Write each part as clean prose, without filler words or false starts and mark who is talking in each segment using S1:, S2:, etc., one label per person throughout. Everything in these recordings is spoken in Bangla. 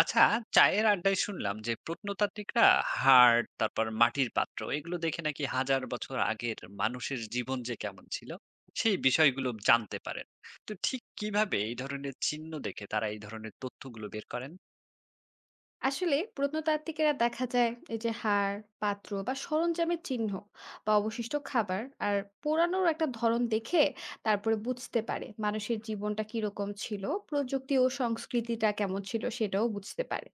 S1: আচ্ছা, চায়ের আড্ডায় শুনলাম যে প্রত্নতাত্ত্বিকরা হাড়, তারপর মাটির পাত্র এগুলো দেখে নাকি হাজার বছর আগের মানুষের জীবন যে কেমন ছিল সেই বিষয়গুলো জানতে পারেন। তো ঠিক কিভাবে এই ধরনের চিহ্ন দেখে তারা এই ধরনের তথ্যগুলো বের করেন?
S2: আসলে প্রত্নতাত্ত্বিকেরা দেখা যায় এই যে হাড়, পাত্র বা সরঞ্জামের চিহ্ন বা অবশিষ্ট খাবার আর পোড়ানোর একটা ধরন দেখে তারপরে বুঝতে পারে মানুষের জীবনটা কিরকম ছিল, প্রযুক্তি ও সংস্কৃতিটা কেমন ছিল সেটাও বুঝতে পারে।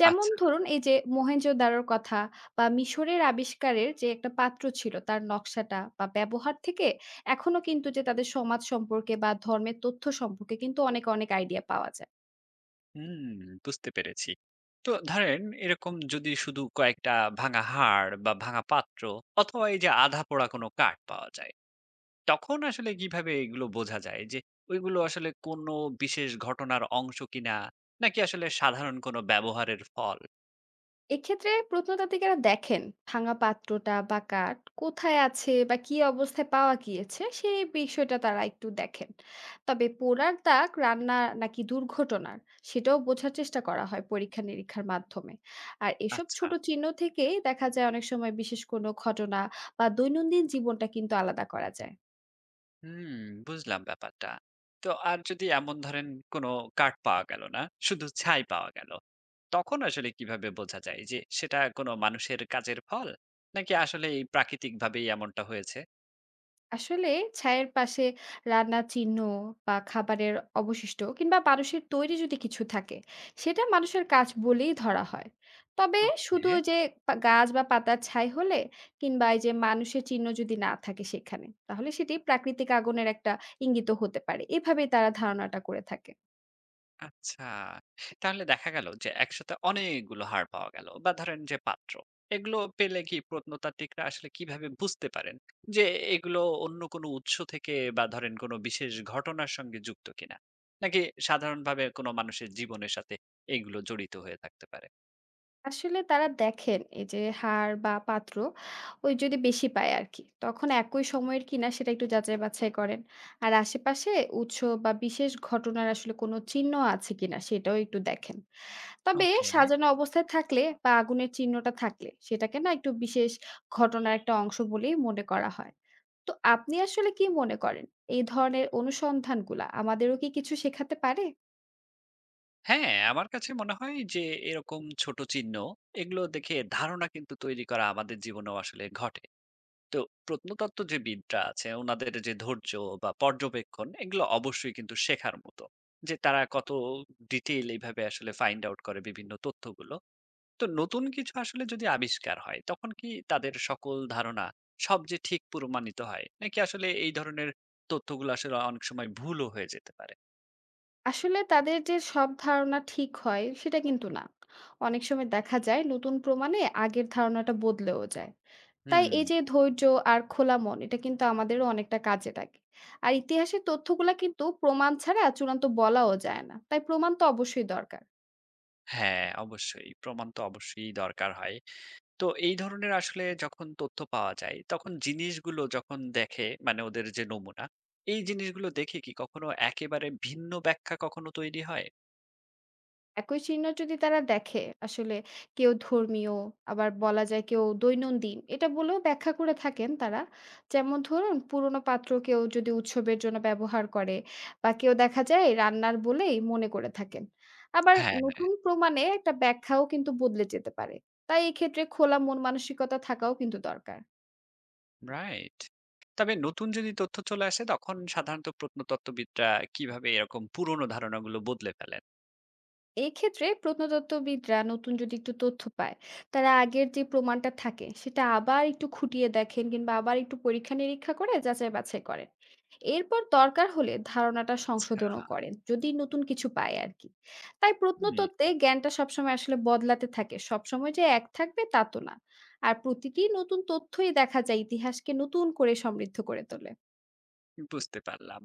S2: যেমন
S1: আচ্ছা।
S2: ধরুন এই যে মোহেনজোদারোর কথা বা মিশরের আবিষ্কারের যে একটা পাত্র ছিল তার নকশাটা বা ব্যবহার থেকে এখনো কিন্তু যে তাদের সমাজ সম্পর্কে বা ধর্মের তথ্য সম্পর্কে কিন্তু অনেক অনেক আইডিয়া পাওয়া যায়।
S1: হুম, বুঝতে পেরেছি। তো ধরেন এরকম যদি শুধু কয়েকটা ভাঙা হাড় বা ভাঙা পাত্র অথবা এই যে আধা পোড়া কোনো কাঠ পাওয়া যায়, তখন আসলে কিভাবে এগুলো বোঝা যায় যে ওইগুলো আসলে কোনো বিশেষ ঘটনার অংশ কিনা, নাকি আসলে সাধারণ কোনো ব্যবহারের ফল?
S2: এক্ষেত্রে প্রত্নতাত্ত্বিকেরা দেখেন ভাঙা পাত্রটা বা কাঠ কোথায় আছে বা কি অবস্থায় পাওয়া গিয়েছে সেই বিষয়টা তারা একটু দেখেন। তবে পোড়ার দাগ রান্না নাকি দুর্ঘটনার, সেটাও বোঝার চেষ্টা করা হয় পরীক্ষা নিরীক্ষার মাধ্যমে। আর এসব
S1: আচ্ছা।
S2: ছোট চিহ্ন থেকেই দেখা যায় অনেক সময় বিশেষ কোনো ঘটনা বা দৈনন্দিন জীবনটা কিন্তু আলাদা করা যায়।
S1: হুম, বুঝলাম ব্যাপারটা। তো আর যদি এমন ধরেন কোনো কার্ড পাওয়া গেল না, শুধু ছাই পাওয়া গেল। তখন আসলে কিভাবে বোঝা যায় যে সেটা কোনো মানুষের কাজের ফল, নাকি আসলে এই প্রাকৃতিকভাবেই এমনটা হয়েছে?
S2: আসলে ছায়ের পাশে রান্নার চিহ্ন বা খাবারের অবশিষ্ট কিংবা মানুষের তৈরি যদি কিছু থাকে সেটা মানুষের কাজ বলেই ধরা হয়। তবে
S1: ওকে।
S2: শুধু ওই যে গাছ বা পাতার ছাই হলে কিংবা এই যে মানুষের চিহ্ন যদি না থাকে সেখানে তাহলে সেটি প্রাকৃতিক আগুনের একটা ইঙ্গিত হতে পারে, এভাবেই তারা ধারণাটা করে থাকে।
S1: আচ্ছা। তাহলে দেখা গেল যে একসাথে অনেকগুলো হাড় পাওয়া গেল বা ধরেন যে পাত্র। এগুলো পেলে কি প্রত্নতাত্ত্বিকরা আসলে কিভাবে বুঝতে পারেন যে এগুলো অন্য কোনো উৎস থেকে বা ধরেন কোনো বিশেষ ঘটনার সঙ্গে যুক্ত কিনা? নাকি সাধারণভাবে কোনো মানুষের জীবনের সাথে এগুলো জড়িত হয়ে থাকতে পারে?
S2: আসলে তারা দেখেন এই যে হাড় বা পাত্র ওই যদি বেশি পায় আর কি, তখন একই সময়ের কিনা সেটা একটু যাচাই বাছাই করেন, আর আশেপাশে উৎস বা বিশেষ ঘটনার আসলে কোনো চিহ্ন আছে কিনা সেটাও একটু দেখেন। তবে
S1: ওকে।
S2: সাজানো অবস্থায় থাকলে বা আগুনের চিহ্নটা থাকলে সেটাকে না একটু বিশেষ ঘটনার একটা অংশ বলেই মনে করা হয়। তো আপনি আসলে কি মনে করেন, এই ধরনের অনুসন্ধানগুলা আমাদেরও কি কিছু শেখাতে পারে?
S1: হ্যাঁ, আমার কাছে মনে হয় যে এরকম ছোট চিহ্ন এগুলো দেখে ধারণা কিন্তু তৈরি করা আমাদের জীবনেও আসলে ঘটে। তো প্রত্নতত্ত্ববিদরা আছে, ওনাদের যে ধৈর্য বা পর্যবেক্ষণ এগুলো অবশ্যই কিন্তু শেখার মতো, যে তারা কত ডিটেইল এইভাবে আসলে ফাইন্ড আউট করে বিভিন্ন তথ্যগুলো। তো নতুন কিছু আসলে যদি আবিষ্কার হয় তখন কি তাদের সকল ধারণা সব যে ঠিক প্রমাণিত হয়, নাকি আসলে এই ধরনের তথ্যগুলো আসলে অনেক সময় ভুলও হয়ে যেতে পারে?
S2: আসলে তাদের যে সব ধারণা ঠিক হয় সেটা কিন্তু না, অনেক সময় দেখা যায় নতুন প্রমাণে আগের ধারণাটা বদলেও যায়। তাই
S1: হুম।
S2: এই যে ধৈর্য আর খোলা মন, এটা কিন্তু আমাদেরও অনেকটা কাজে লাগে। আর ইতিহাসের তথ্যগুলা কিন্তু প্রমাণ ছাড়া চূড়ান্ত বলাও যায় না, তাই প্রমাণ তো অবশ্যই দরকার।
S1: হ্যাঁ, অবশ্যই প্রমাণ তো অবশ্যই দরকার হয়। তো এই ধরনের আসলে যখন তথ্য পাওয়া যায়, তখন জিনিসগুলো যখন দেখে মানে ওদের যে নমুনা, এই জিনিসগুলো দেখে কি কখনো একেবারে ভিন্ন ব্যাখ্যা কখনো তৈরি হয়?
S2: একই চিহ্ন যদি তারা দেখে, আসলে কেউ ধর্মীয়, আবার বলা যায় কেউ দৈনন্দিন এটা বলেও ব্যাখ্যা করে থাকেন তারা। যেমন ধরুন পুরনো পাত্র কেউ যদি উৎসবের জন্য ব্যবহার করে বা কেউ দেখা যায় রান্নার বলেই মনে করে থাকেন। আবার
S1: হ্যাঁ।
S2: নতুন প্রমাণে একটা ব্যাখ্যাও কিন্তু বদলে যেতে পারে, তাই এক্ষেত্রে খোলা মন মানসিকতা থাকাও কিন্তু দরকার।
S1: রাইট। তবে নতুন যদি তথ্য চলে আসে তখন সাধারণত প্রত্নতত্ত্ববিদরা কিভাবে এরকম পুরনো ধারণাগুলো বদলে ফেলেন?
S2: এক্ষেত্রে প্রত্নতত্ত্ববিদরা নতুন যদি একটু তথ্য পায়, তারা আগের যে প্রমাণটা থাকে সেটা আবার একটু খুঁটিয়ে দেখেন কিংবা আবার একটু পরীক্ষা নিরীক্ষা করে যাচাই বাছাই করেন। এরপর দরকার হলে ধারণাটা
S1: আচ্ছা।
S2: সংশোধনও করেন যদি নতুন কিছু পায় আর কি। তাই
S1: হুম,
S2: প্রত্নতত্ত্বে জ্ঞানটা সবসময় আসলে বদলাতে থাকে, সবসময় যে এক থাকবে তা তো না। আর প্রতিটি নতুন তথ্যই দেখা যায় ইতিহাসকে নতুন করে সমৃদ্ধ করে তোলে।
S1: বুঝতে পারলাম।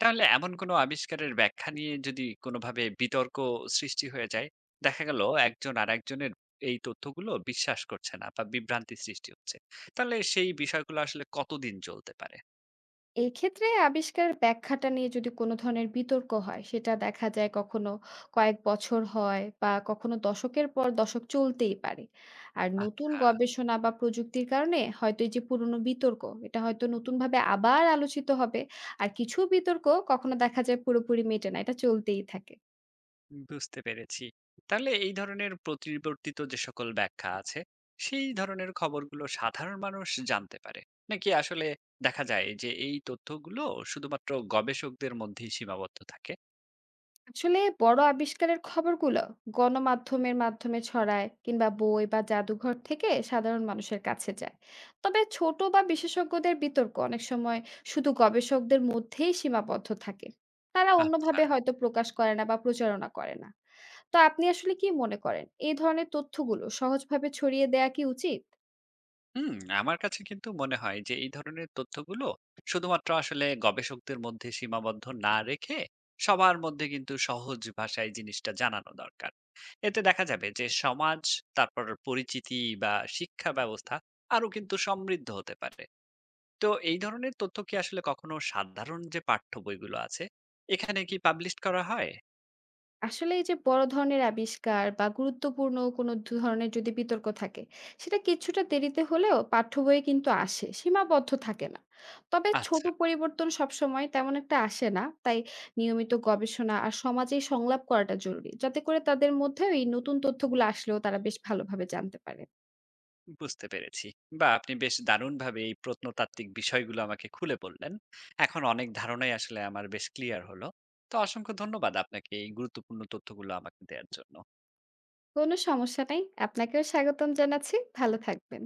S1: তাহলে এমন কোনো আবিষ্কারের ব্যাখ্যা নিয়ে যদি কোনোভাবে বিতর্ক সৃষ্টি হয়ে যায়, দেখা গেল একজন আরেকজনের এই তথ্যগুলো বিশ্বাস করছে না বা বিভ্রান্তি সৃষ্টি হচ্ছে, তাহলে সেই বিষয়গুলো আসলে কতদিন চলতে পারে?
S2: এক্ষেত্রে আবিষ্কারের ব্যাখ্যাটা নিয়ে যদি কোনো ধরনের বিতর্ক হয় সেটা দেখা যায় কখনো কয়েক বছর হয় বা কখনো দশকের পর দশক চলতেই পারে। আর নতুন
S1: আচ্ছা।
S2: গবেষণা বা প্রযুক্তির কারণে হয়তো এই যে পুরনো বিতর্ক এটা হয়তো নতুনভাবে আবার আলোচিত হবে। আর কিছু বিতর্ক কখনো দেখা যায় পুরোপুরি মেটে না, এটা চলতেই থাকে।
S1: বুঝতে পেরেছি। তাহলে এই ধরনের প্রতিবর্তিত যে সকল ব্যাখ্যা আছে, সেই ধরনের খবরগুলো সাধারণ মানুষ জানতে পারে, নাকি আসলে দেখা যায় যে এই তথ্যগুলো শুধুমাত্র গবেষকদের মধ্যেই সীমাবদ্ধ থাকে?
S2: আসলে বড় আবিষ্কারের খবরগুলো গণমাধ্যমের মাধ্যমে ছড়ায় কিংবা বই বা জাদুঘর থেকে সাধারণ মানুষের কাছে যায়। তবে ছোট বা বিশেষজ্ঞদের বিতর্ক অনেক সময় শুধু গবেষকদের মধ্যেই সীমাবদ্ধ থাকে, তারা
S1: আচ্ছা।
S2: অন্যভাবে হয়তো প্রকাশ করে না বা প্রচারণা করে না। তো আপনি আসলে কি মনে করেন এই ধরনের তথ্যগুলো সহজভাবে ছড়িয়ে দেয়া কি উচিত?
S1: হুম, আমার কাছে কিন্তু মনে হয় যে এই ধরনের তথ্যগুলো শুধুমাত্র আসলে গবেষকদের মধ্যে সীমাবদ্ধ না রেখে সবার মধ্যে কিন্তু সহজ ভাষায় জিনিসটা জানানো দরকার। এতে দেখা যাবে যে সমাজ, তারপর পরিচিতি বা শিক্ষা ব্যবস্থা আরো কিন্তু সমৃদ্ধ হতে পারে। তো এই ধরনের তথ্য কি আসলে কখনো সাধারণ যে পাঠ্য বইগুলো আছে এখানে কি পাবলিশ করা হয়?
S2: আসলে এই যে বড় ধরনের আবিষ্কার বা গুরুত্বপূর্ণ কোনো দু ধরনের যদি বিতর্ক থাকে, সেটা কিছুটা দেরিতে হলেও পাঠ্য বইয়ে কিন্তু আসে, সীমাবদ্ধ থাকে না। তবে ছোট
S1: আচ্ছা।
S2: পরিবর্তন সবসময় তেমন একটা আসে না, তাই নিয়মিত গবেষণা আর সমাজে সংলাপ করাটা জরুরি, যাতে করে তাদের মধ্যে এই নতুন তথ্যগুলো আসলেও তারা বেশ ভালোভাবে জানতে পারে।
S1: বুঝতে পেরেছি। বা আপনি বেশ দারুণভাবে এই প্রত্নতাত্ত্বিক বিষয়গুলো আমাকে খুলে বললেন। এখন অনেক ধারণাই আসলে আমার বেশ ক্লিয়ার হলো। তো অসংখ্য ধন্যবাদ আপনাকে এই গুরুত্বপূর্ণ তথ্যগুলো আমাকে দেয়ার জন্য।
S2: কোনো সমস্যা নাই, আপনাকেও স্বাগতম জানাচ্ছি, ভালো থাকবেন।